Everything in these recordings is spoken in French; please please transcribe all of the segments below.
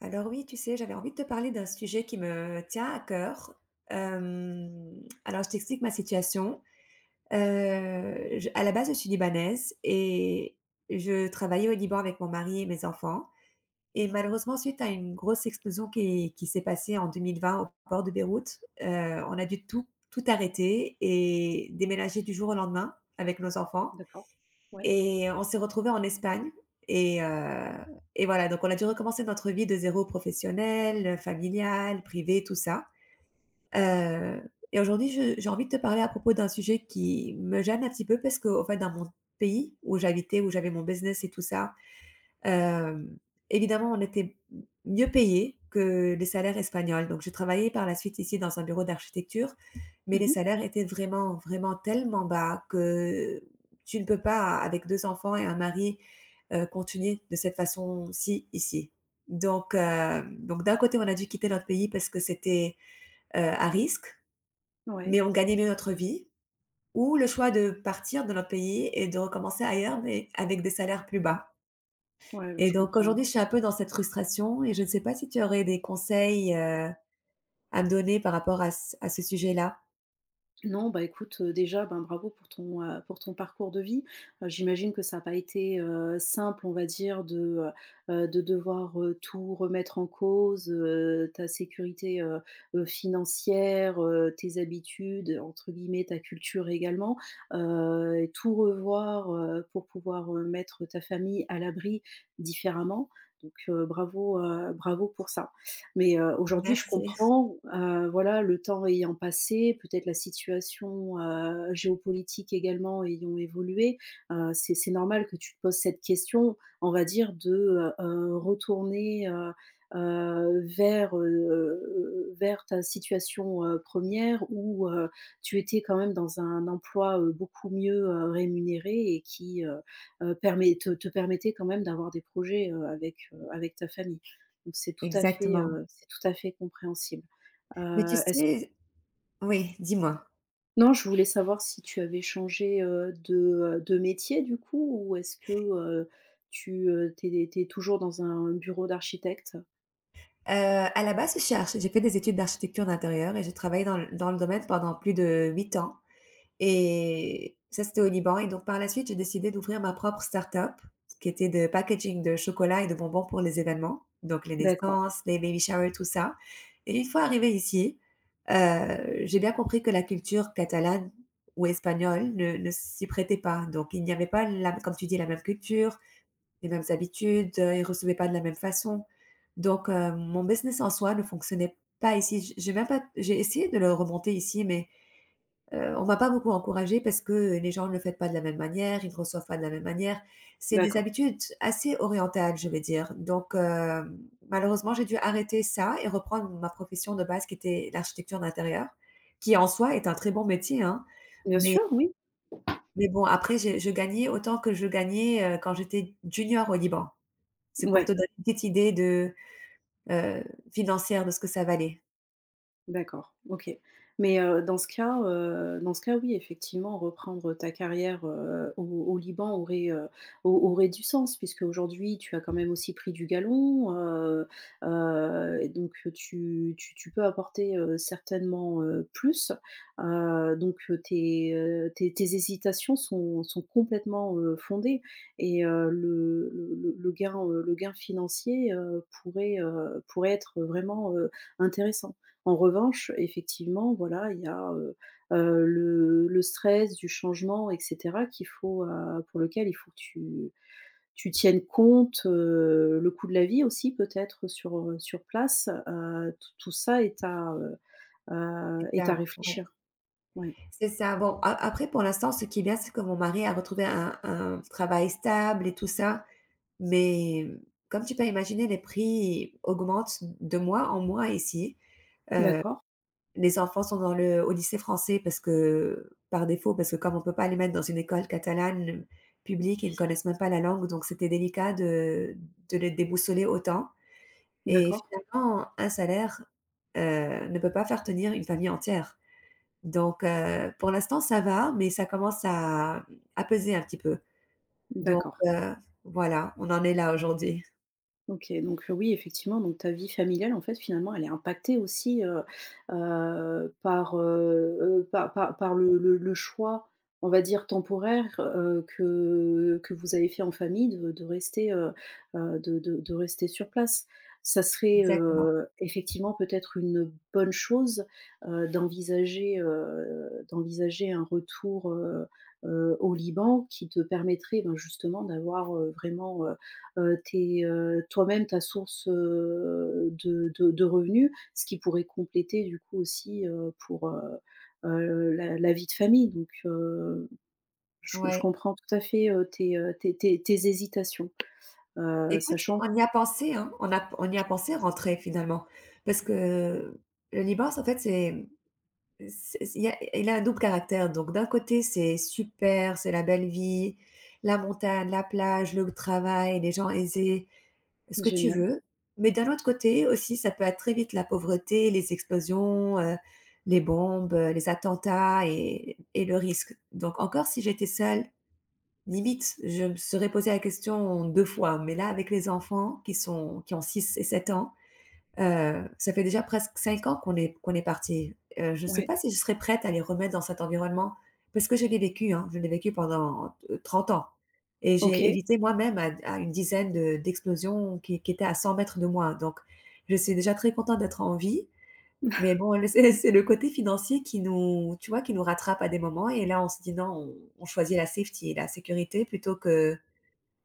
Alors oui, tu sais, j'avais envie de te parler d'un sujet qui me tient à cœur. Alors je t'explique ma situation. Heu, je À la base, je suis libanaise et je travaillais au Liban avec mon mari et mes enfants et malheureusement, suite à une grosse explosion qui s'est passée en 2020 au port de Beyrouth. On a dû tout arrêter et déménager du jour au lendemain avec nos enfants. D'accord. Ouais. Et on s'est retrouvés en Espagne et heu et voilà. Donc on a dû recommencer notre vie de zéro, professionnelle, familiale, privée, tout ça. Heu et aujourd'hui, je j'ai envie de te parler à propos d'un sujet qui me gêne un petit peu parce qu'en fait, dans mon pays où j'habitais, où j'avais mon business et tout ça, Hem, évidemment, on était mieux payés que les salaires espagnols. Donc j'ai travaillé par la suite ici dans un bureau d'architecture, mais les Mmh. salaires étaient vraiment, vraiment tellement bas que tu ne peux pas, avec 2 enfants et un mari, continuer de cette façon-ci ici. Donc d'un côté, on a dû quitter notre pays parce que c'était, à risque, Ouais, mais on gagnait mieux notre vie, ou le choix de partir de notre pays et de recommencer ailleurs, mais avec des salaires plus bas. ouais, Et je donc comprends. aujourd'hui, je suis un peu dans cette frustration et je ne sais pas si tu aurais des conseils, à me donner par rapport à ce sujet-là. Non, bah, écoute, déjà, ben, bravo pour ton parcours de vie. J'imagine que ça n'a pas été, simple, on va dire, de devoir, tout remettre en cause, ta sécurité, financière, tes «habitudes», entre guillemets, ta culture également, et tout revoir, pour pouvoir, mettre ta famille à l'abri différemment. Donc, bravo, bravo pour ça. Mais aujourd'hui, je Merci. comprends, voilà, le temps ayant passé, peut-être la situation, géopolitique également ayant évolué, c'est normal que tu te poses cette question, on va dire de, retourner, vers, vers ta situation, 1 où, tu étais quand même dans un emploi, beaucoup mieux, rémunéré et qui, permet te te permettait quand même d'avoir des projets, avec, avec ta famille. Donc c'est tout à fait, Exactement. C'est tout à fait compréhensible. Mais tu Est-ce sais, oui, dis-moi. non, je voulais savoir si tu avais changé, de métier du coup ou est-ce que, tu, tu es toujours dans un bureau d'architecte? À la base, je suis archi j'ai fait des études d'architecture d'intérieur et j'ai travaillé dans le domaine pendant plus de 8 ans. Et ça, c'était au Liban, et donc par la suite, j'ai décidé d'ouvrir ma propre start-up, ce qui était de packaging de chocolat et de bonbons pour les événements, donc les D'accord, naissances, les baby showers, tout ça. Et une fois arrivée ici, j'ai bien compris que la culture catalane ou espagnole ne s'y prêtait pas. Donc il n'y avait pas la, comme tu dis, la même culture, les mêmes habitudes. Ils ne recevaient pas de la même façon. Donc mon business en soi ne fonctionnait pas ici. J'ai même pas, j'ai essayé de le remonter ici, mais on va pas beaucoup encourager parce que les gens ne le font pas de la même manière, ils ne reçoivent pas de la même manière. C'est des d'accord. habitudes assez orientales, je vais dire. Donc malheureusement, j'ai dû arrêter ça et reprendre ma profession de base qui était l'architecture d'intérieur, qui en soi est un très bon métier, hein. Bien Mais sûr, oui. Bon, après j'ai je gagnais autant que je gagnais, quand j'étais junior au Liban. C'est pour te Ouais. donner une petite idée de, heu, financière de ce que ça valait. D'accord, OK. Mais, dans ce cas, oui, effectivement, reprendre ta carrière, au Liban aurait, au aurait du sens puisque aujourd'hui, tu as quand même aussi pris du galon, et donc tu peux apporter, certainement, plus. Donc tes, tes hésitations sont complètement, fondées et le gain, le gain financier, pourrait, pourrait être vraiment, intéressant. En revanche, effectivement, voilà, il y a, le stress du changement et cetera qu'il faut, pour lequel il faut que tu tiennes compte, le coût de la vie aussi peut-être sur, sur place, tout ça est à, C'est est à ça, ouais. réfléchir. Ouais. C'est ça. Bon, a après pour l'instant, ce qui est bien, c'est que mon mari a retrouvé un travail stable et tout ça, mais comme tu peux imaginer, les prix augmentent de mois en mois ici. Heu, D'accord, les enfants sont dans le au lycée français parce que par défaut, parce que comme on ne peut pas les mettre dans une école catalane publique, ils ne connaissent même pas la langue, donc c'était délicat de les déboussoler autant, et d'accord, finalement, un salaire, ne peut pas faire tenir une famille entière. Donc, pour l'instant, ça va, mais ça commence à peser un petit peu. Donc, d'accord. Voilà, on en est là aujourd'hui. OK, donc oui, effectivement, donc ta vie familiale, en fait, finalement, elle est impactée aussi, par, par par le choix, on va dire temporaire, que vous avez fait en famille de rester, de rester sur place. Ça serait, Exactement, effectivement peut-être une bonne chose, d'envisager, d'envisager un retour, au Liban qui te permettrait, ben, justement d'avoir, vraiment, tes, toi-même ta source, de revenus, ce qui pourrait compléter du coup aussi, pour, la vie de famille donc je ouais. comprends tout à fait, tes, tes hésitations, Écoute, sachant que on y a pensé, hein, on y a pensé rentrer finalement, parce que le Liban, en fait, c'est, il a un double caractère. Donc d'un côté, c'est super, c'est la belle vie, la montagne, la plage, le travail, les gens aisés, ce que tu génial, veux. Mais d'un autre côté aussi, ça peut être très vite la pauvreté, les explosions, les bombes, les attentats et le risque. Donc encore si j'étais seule, limite, je me serais posé la question 2 fois, mais là avec les enfants qui ont 6 et 7 ans. Ça fait déjà presque 5 ans qu'on est parti. Je ne sais ouais, pas si je serais prête à les remettre dans cet environnement, parce que je l'ai vécu, hein, je l'ai vécu pendant, 30 ans, et j'ai OK. évité moi-même à une dizaine de d'explosions qui étaient à 100 mètres de moi. Donc je suis déjà très contente d'être en vie, mais bon, le c'est le côté financier qui nous tu vois, qui nous rattrape à des moments, et là, on se dit: «Non, on choisit la safety, la sécurité plutôt que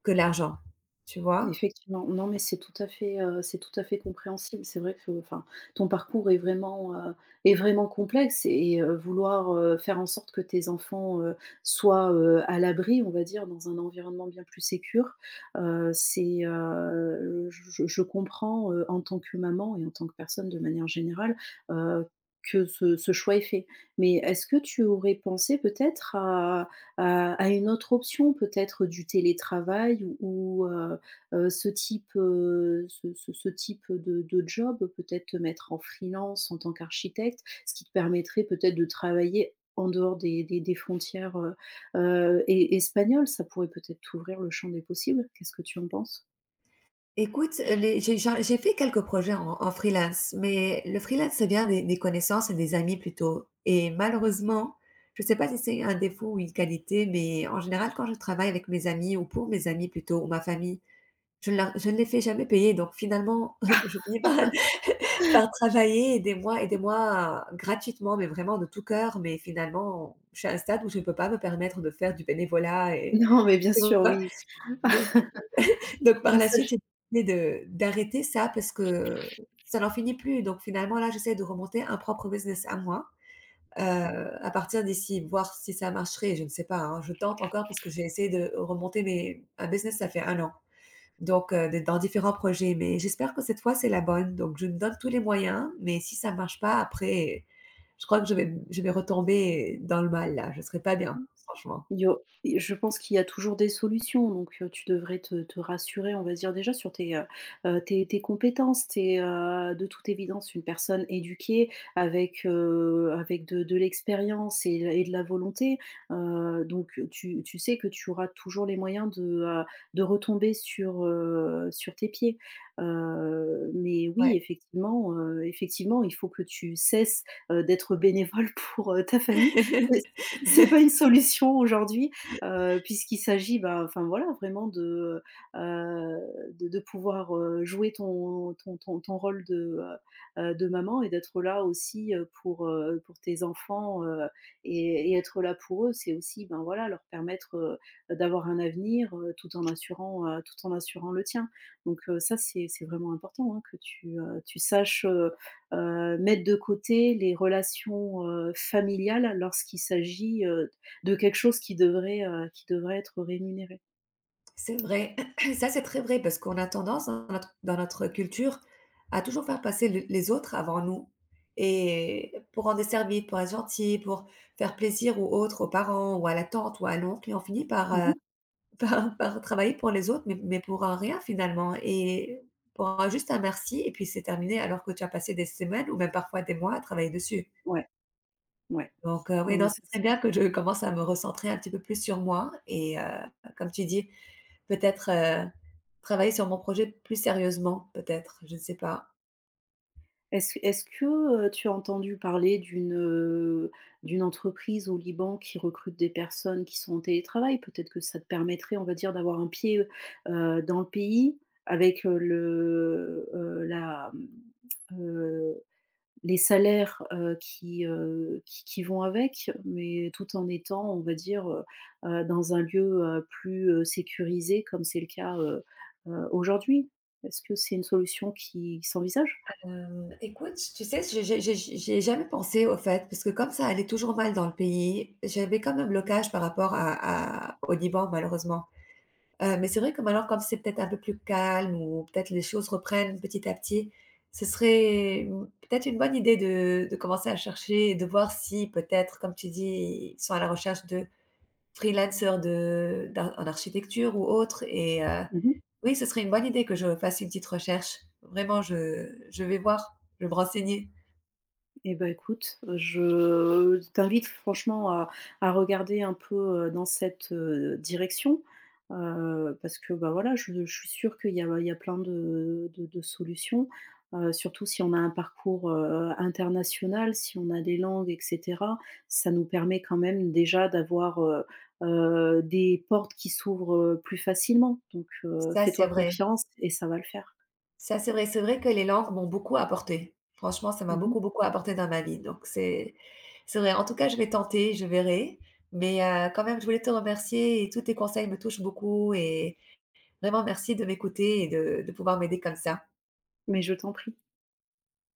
l'argent», tu vois? Effectivement, non, mais c'est tout à fait, c'est tout à fait compréhensible. C'est vrai que, enfin, ton parcours est vraiment complexe et vouloir, faire en sorte que tes enfants, soient, à l'abri, on va dire, dans un environnement bien plus sécure, c'est, je comprends, en tant que maman et en tant que personne de manière générale, heu, que ce choix est fait. Mais est-ce que tu aurais pensé peut-être à à une autre option, peut-être du télétravail ou, ce type, ce type de job, peut-être te mettre en freelance en tant qu'architecte, ce qui te permettrait peut-être de travailler en dehors des frontières, e espagnoles. Ça pourrait peut-être t'ouvrir le champ des possibles. Qu'est-ce que tu en penses? Écoute, les j'ai fait quelques projets en freelance, mais le freelance, c'est bien des connaissances et des amis plutôt, et malheureusement, je ne sais pas si c'est un défaut ou une qualité, mais en général, quand je travaille avec mes amis ou pour mes amis plutôt ou ma famille, je ne les fais jamais payer. Donc finalement, je finis par travailler des mois et des mois gratuitement, mais vraiment de tout cœur, mais finalement, je suis à un stade où je ne peux pas me permettre de faire du bénévolat, et Non, mais bien tu sûr, vois? oui. Donc par Oui, la ça. suite, j'ai décidé de d'arrêter ça parce que ça n'en finit plus. Donc finalement, là, j'essaie de remonter un propre business à moi, heu, à partir d'ici, voir si ça marcherait, je ne sais pas, hein. Je tente encore parce que j'ai essayé de remonter mes un business, ça fait 1 an, donc d'être dans différents projets, mais j'espère que cette fois, c'est la bonne. Donc je me donne tous les moyens, mais si ça ne marche pas après, je crois que je vais retomber dans le mal là, je ne serai pas bien, franchement. Il y a je pense qu'il y a toujours des solutions, donc tu devrais te te rassurer, on va dire, déjà sur tes, tes compétences. Tu es, de toute évidence une personne éduquée avec, avec de l'expérience et de la volonté, donc tu sais que tu auras toujours les moyens de retomber sur, sur tes pieds. Mais Ouais. oui, effectivement, effectivement, il faut que tu cesses, d'être bénévole pour, ta famille. C'est pas une solution aujourd'hui, puisqu'il s'agit, bah, enfin, voilà, vraiment heu, de pouvoir, jouer ton rôle de, de maman et d'être là aussi, pour tes enfants, et être là pour eux. C'est aussi, ben, voilà, leur permettre, d'avoir un avenir, tout en assurant le tien. Donc ça, c'est vraiment important, hein, que tu, tu saches, mettre de côté les relations, familiales lorsqu'il s'agit, de quelque chose qui devrait être rémunéré. C'est vrai. Ça, c'est très vrai parce qu'on a tendance dans notre culture à toujours faire passer le les autres avant nous, et pour rendre service, pour être gentil, pour faire plaisir aux autres, aux parents ou à la tante ou à l'oncle, et on finit par, Mmh. par travailler pour les autres, mais pour un rien finalement, et pour un juste un merci, et puis c'est terminé alors que tu as passé des semaines ou même parfois des mois à travailler dessus. Ouais, ouais. Donc, oui, Non, non, mais ce ça, c'est serait bien que je commence à me recentrer un petit peu plus sur moi, et comme tu dis, peut-être, travailler sur mon projet plus sérieusement, peut-être, je ne sais pas. est-ce que, tu as entendu parler d'une, d'une entreprise au Liban qui recrute des personnes qui sont en télétravail? Peut-être que ça te permettrait, on va dire, d'avoir un pied, dans le pays avec, le, la, mmh, les salaires, qui, qui vont avec, mais tout en étant, on va dire, dans un lieu, plus, sécurisé comme c'est le cas, aujourd'hui. Est-ce que c'est une solution qui s'envisage? Écoute, tu sais, j'ai jamais pensé au fait, parce que comme ça allait toujours mal dans le pays, j'avais quand même un blocage par rapport à au Liban malheureusement. Mais c'est vrai que maintenant, comme c'est peut-être un peu plus calme ou peut-être les choses reprennent petit à petit, ce serait, mmh, peut-être une bonne idée de commencer à chercher et de voir si peut-être, comme tu dis, ils sont à la recherche de freelancers de d'ar en architecture ou autre, Mmh. oui, ce serait une bonne idée que je fasse une petite recherche. Vraiment, je vais voir, je vais me renseigner. Eh ben écoute, je t'invite franchement à regarder un peu, dans cette, direction, parce que, bah, voilà, je suis sûre qu'il y a il y a plein de de solutions, surtout si on a un parcours, international, si on a des langues et cetera. Ça nous permet quand même déjà d'avoir, des portes qui s'ouvrent, plus facilement donc Ça, c'est fais-toi vrai. confiance et ça va le faire. Ça, c'est vrai. C'est vrai que les langues m'ont beaucoup apporté. Franchement, ça m'a Mmh. beaucoup, beaucoup apporté dans ma vie. Donc c'est vrai. En tout cas, je vais tenter, je verrai. Mais quand même, je voulais te remercier, et tous tes conseils me touchent beaucoup, et vraiment merci de m'écouter et de pouvoir m'aider comme ça. Mais je t'en prie.